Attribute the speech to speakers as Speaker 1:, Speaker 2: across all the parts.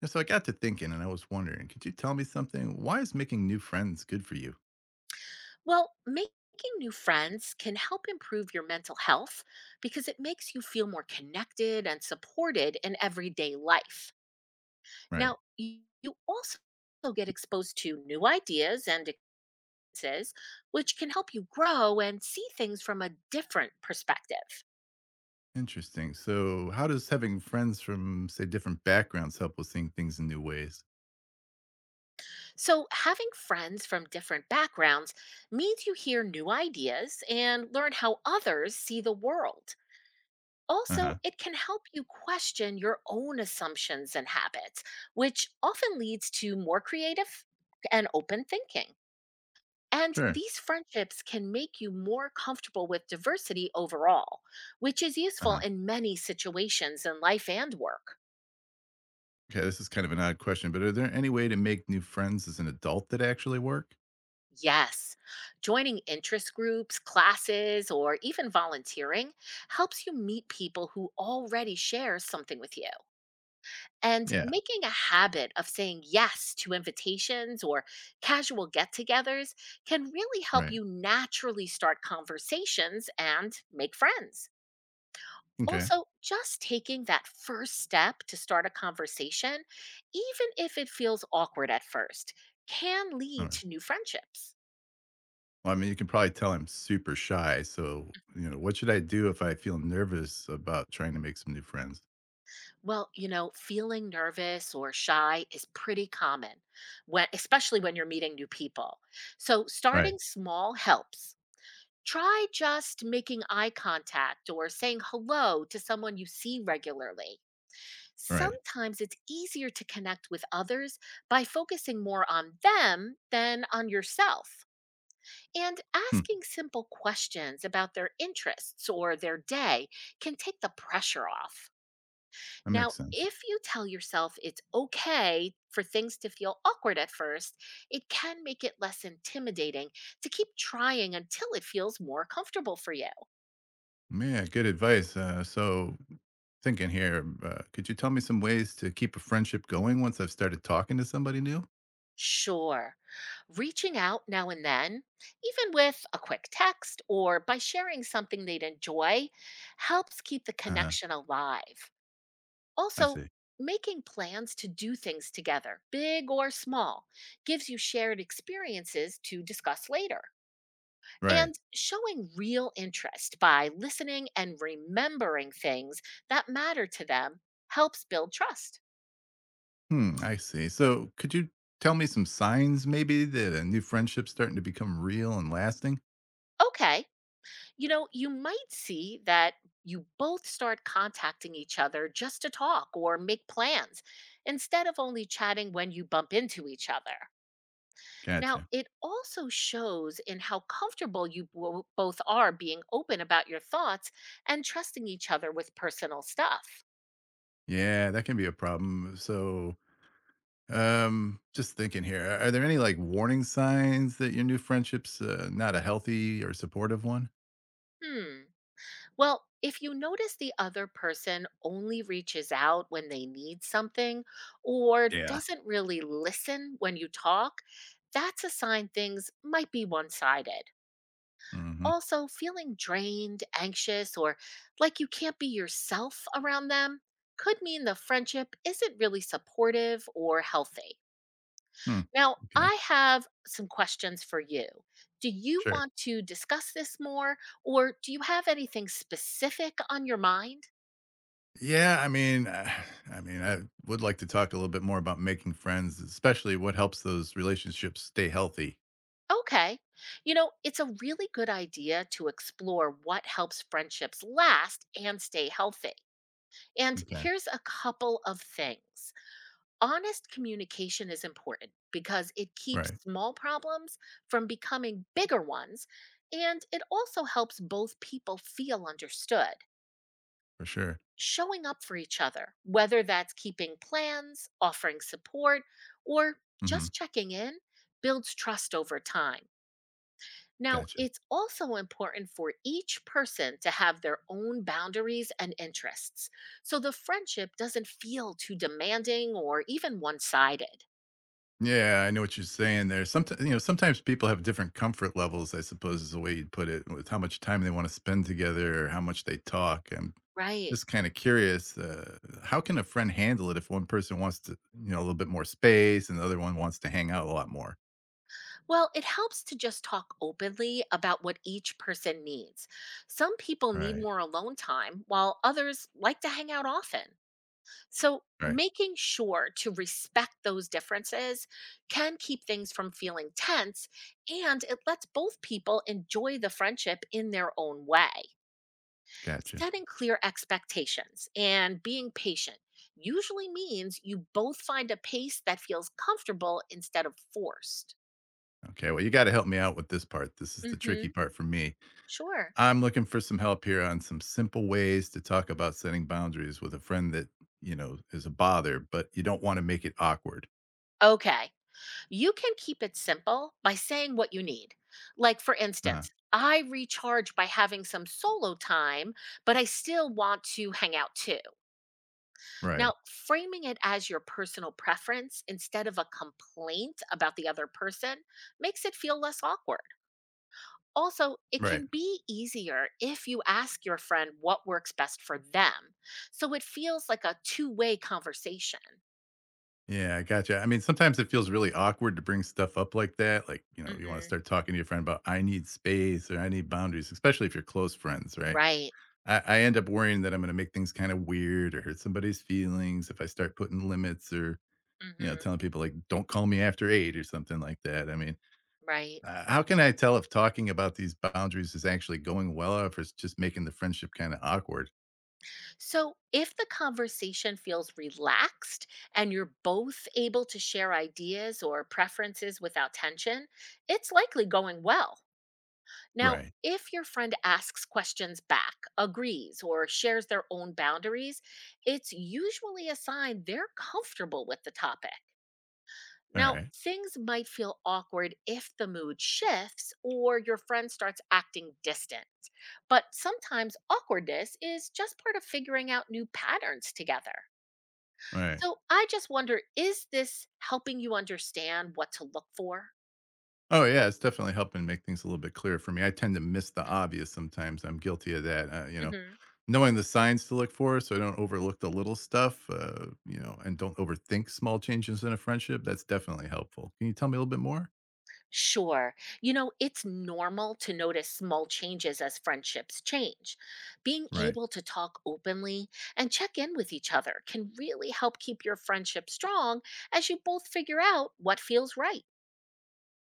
Speaker 1: And so I got to thinking and I was wondering, could you tell me something? Why is making new friends good for you?
Speaker 2: Well, making new friends can help improve your mental health because it makes you feel more connected and supported in everyday life.
Speaker 1: Right.
Speaker 2: Now, you also get exposed to new ideas and experiences, which can help you grow and see things from a different perspective.
Speaker 1: Interesting. So, how does having friends from, say, different backgrounds help with seeing things in new ways?
Speaker 2: So, having friends from different backgrounds means you hear new ideas and learn how others see the world.
Speaker 1: Uh
Speaker 2: Also,
Speaker 1: huh.
Speaker 2: it can help you question your own assumptions and habits, which often leads to more creative and open thinking. And
Speaker 1: Sure.
Speaker 2: these friendships can make you more comfortable with diversity overall, which is
Speaker 1: Uh
Speaker 2: useful
Speaker 1: huh.
Speaker 2: in many situations in life and work.
Speaker 1: Okay. This is kind of an odd question, but are there any way to make new friends as an adult that actually work?
Speaker 2: Yes, joining interest groups, classes, or even volunteering helps you meet people who already share something with you. And
Speaker 1: Yeah.
Speaker 2: making a habit of saying yes to invitations or casual get togethers can really help
Speaker 1: Right.
Speaker 2: you naturally start conversations and make friends.
Speaker 1: Okay.
Speaker 2: Also, just taking that first step to start a conversation, even if it feels awkward at first, can
Speaker 1: All
Speaker 2: lead
Speaker 1: right.
Speaker 2: to new friendships.
Speaker 1: Well, I mean, you can probably tell I'm super shy. So, what should I do if I feel nervous about trying to make some new friends?
Speaker 2: Well, feeling nervous or shy is pretty common, especially when you're meeting new people. So,
Speaker 1: Right.
Speaker 2: starting small helps. Try just making eye contact or saying hello to someone you see regularly.
Speaker 1: Right.
Speaker 2: Sometimes it's easier to connect with others by focusing more on them than on yourself. And
Speaker 1: Hmm.
Speaker 2: asking simple questions about their interests or their day can take the pressure off.
Speaker 1: That
Speaker 2: Now,
Speaker 1: makes sense.
Speaker 2: if you tell yourself it's okay for things to feel awkward at first, it can make it less intimidating to keep trying until it feels more comfortable for you.
Speaker 1: Yeah, good advice. So, thinking here, could you tell me some ways to keep a friendship going once I've started talking to somebody new?
Speaker 2: Sure. Reaching out now and then, even with a quick text or by sharing something they'd enjoy, helps keep the
Speaker 1: Uh huh.
Speaker 2: connection alive.
Speaker 1: I
Speaker 2: Also,
Speaker 1: see.
Speaker 2: making plans to do things together, big or small, gives you shared experiences to discuss later.
Speaker 1: Right.
Speaker 2: And showing real interest by listening and remembering things that matter to them helps build trust.
Speaker 1: Hmm. I see. So, could you tell me some signs maybe that a new friendship's starting to become real and lasting?
Speaker 2: Okay. You might see that you both start contacting each other just to talk or make plans instead of only chatting when you bump into each other. Now,
Speaker 1: Gotcha.
Speaker 2: it also shows in how comfortable both are being open about your thoughts and trusting each other with personal stuff.
Speaker 1: Yeah, that can be a problem. So, just thinking here, are there any like warning signs that your new friendship's not a healthy or supportive one?
Speaker 2: Hmm. Well, if you notice the other person only reaches out when they need something or
Speaker 1: Yeah.
Speaker 2: doesn't really listen when you talk, that's a sign things might be one sided.
Speaker 1: Mm-hmm.
Speaker 2: Also, feeling drained, anxious, or like you can't be yourself around them could mean the friendship isn't really supportive or healthy.
Speaker 1: Hmm.
Speaker 2: Now,
Speaker 1: Okay.
Speaker 2: I have some questions for you. Do you
Speaker 1: Sure.
Speaker 2: want to discuss this more, or do you have anything specific on your mind?
Speaker 1: Yeah, I would like to talk a little bit more about making friends, especially what helps those relationships stay healthy.
Speaker 2: Okay. It's a really good idea to explore what helps friendships last and stay healthy. And
Speaker 1: Okay.
Speaker 2: here's a couple of things. Honest communication is important because it keeps
Speaker 1: Right.
Speaker 2: small problems from becoming bigger ones, and it also helps both people feel understood.
Speaker 1: For sure.
Speaker 2: Showing up for each other, whether that's keeping plans, offering support, or
Speaker 1: Hmm.
Speaker 2: just checking in, builds trust over time. Now,
Speaker 1: Gotcha.
Speaker 2: it's also important for each person to have their own boundaries and interests, so the friendship doesn't feel too demanding or even one sided.
Speaker 1: Yeah, I know what you're saying there. Sometimes, sometimes people have different comfort levels, I suppose is the way you'd put it, with how much time they want to spend together or how much they talk. I'm
Speaker 2: Right.
Speaker 1: just kind of curious, how can a friend handle it if one person wants to, a little bit more space and the other one wants to hang out a lot more?
Speaker 2: Well, it helps to just talk openly about what each person needs. Some people need
Speaker 1: Right.
Speaker 2: more alone time, while others like to hang out often. So,
Speaker 1: Right.
Speaker 2: making sure to respect those differences can keep things from feeling tense and it lets both people enjoy the friendship in their own way.
Speaker 1: Gotcha.
Speaker 2: Setting clear expectations and being patient usually means you both find a pace that feels comfortable instead of forced.
Speaker 1: Okay, well, you gotta help me out with this part. This is the tricky
Speaker 2: Mhm.
Speaker 1: part for me.
Speaker 2: Sure.
Speaker 1: I'm looking for some help here on some simple ways to talk about setting boundaries with a friend that, is a bother, but you don't wanna make it awkward.
Speaker 2: Okay. You can keep it simple by saying what you need. Like, for
Speaker 1: Uh-huh.
Speaker 2: instance, I recharge by having some solo time, but I still want to hang out too. Now,
Speaker 1: Right.
Speaker 2: framing it as your personal preference instead of a complaint about the other person makes it feel less awkward. Also, it
Speaker 1: Right.
Speaker 2: can be easier if you ask your friend what works best for them. So it feels like a two-way conversation.
Speaker 1: Yeah, I gotcha. I mean, sometimes it feels really awkward to bring stuff up like that. Like, you wanna
Speaker 2: hmm
Speaker 1: start talking to your friend about, I need space or I need boundaries, especially if you're close friends, right?
Speaker 2: Right.
Speaker 1: I end up worrying that I'm gonna make things kind of weird or hurt somebody's feelings if I start putting limits or
Speaker 2: hmm
Speaker 1: telling people, like, "Don't call me after 8," or something like that.
Speaker 2: Right.
Speaker 1: How can I tell if talking about these boundaries is actually going well or if it's just making the friendship kinda awkward?
Speaker 2: So, if the conversation feels relaxed and you're both able to share ideas or preferences without tension, it's likely going well. Now,
Speaker 1: Right.
Speaker 2: if your friend asks questions back, agrees, or shares their own boundaries, it's usually a sign they're comfortable with the topic. Now,
Speaker 1: Alright.
Speaker 2: things might feel awkward if the mood shifts or your friend starts acting distant. But sometimes awkwardness is just part of figuring out new patterns together.
Speaker 1: Alright.
Speaker 2: So I just wonder, is this helping you understand what to look for?
Speaker 1: Oh, yeah, it's definitely helping make things a little bit clearer for me. I tend to miss the obvious sometimes. I'm guilty of that,
Speaker 2: Mm-hmm.
Speaker 1: knowing the signs to look for so I don't overlook the little stuff, and don't overthink small changes in a friendship, that's definitely helpful. Can you tell me a little bit more?
Speaker 2: Sure. It's normal to notice small changes as friendships change. Being
Speaker 1: Right.
Speaker 2: able to talk openly and check in with each other can really help keep your friendship strong as you both figure out what feels right.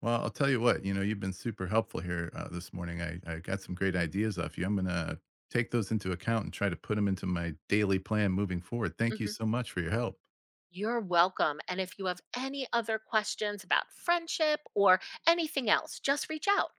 Speaker 1: Well, I'll tell you what, you've been super helpful here this morning. I got some great ideas off you. I'm going to take those into account and try to put them into my daily plan moving forward. Thank you
Speaker 2: Mhm.
Speaker 1: so much for your help.
Speaker 2: You're welcome. And if you have any other questions about friendship or anything else, just reach out.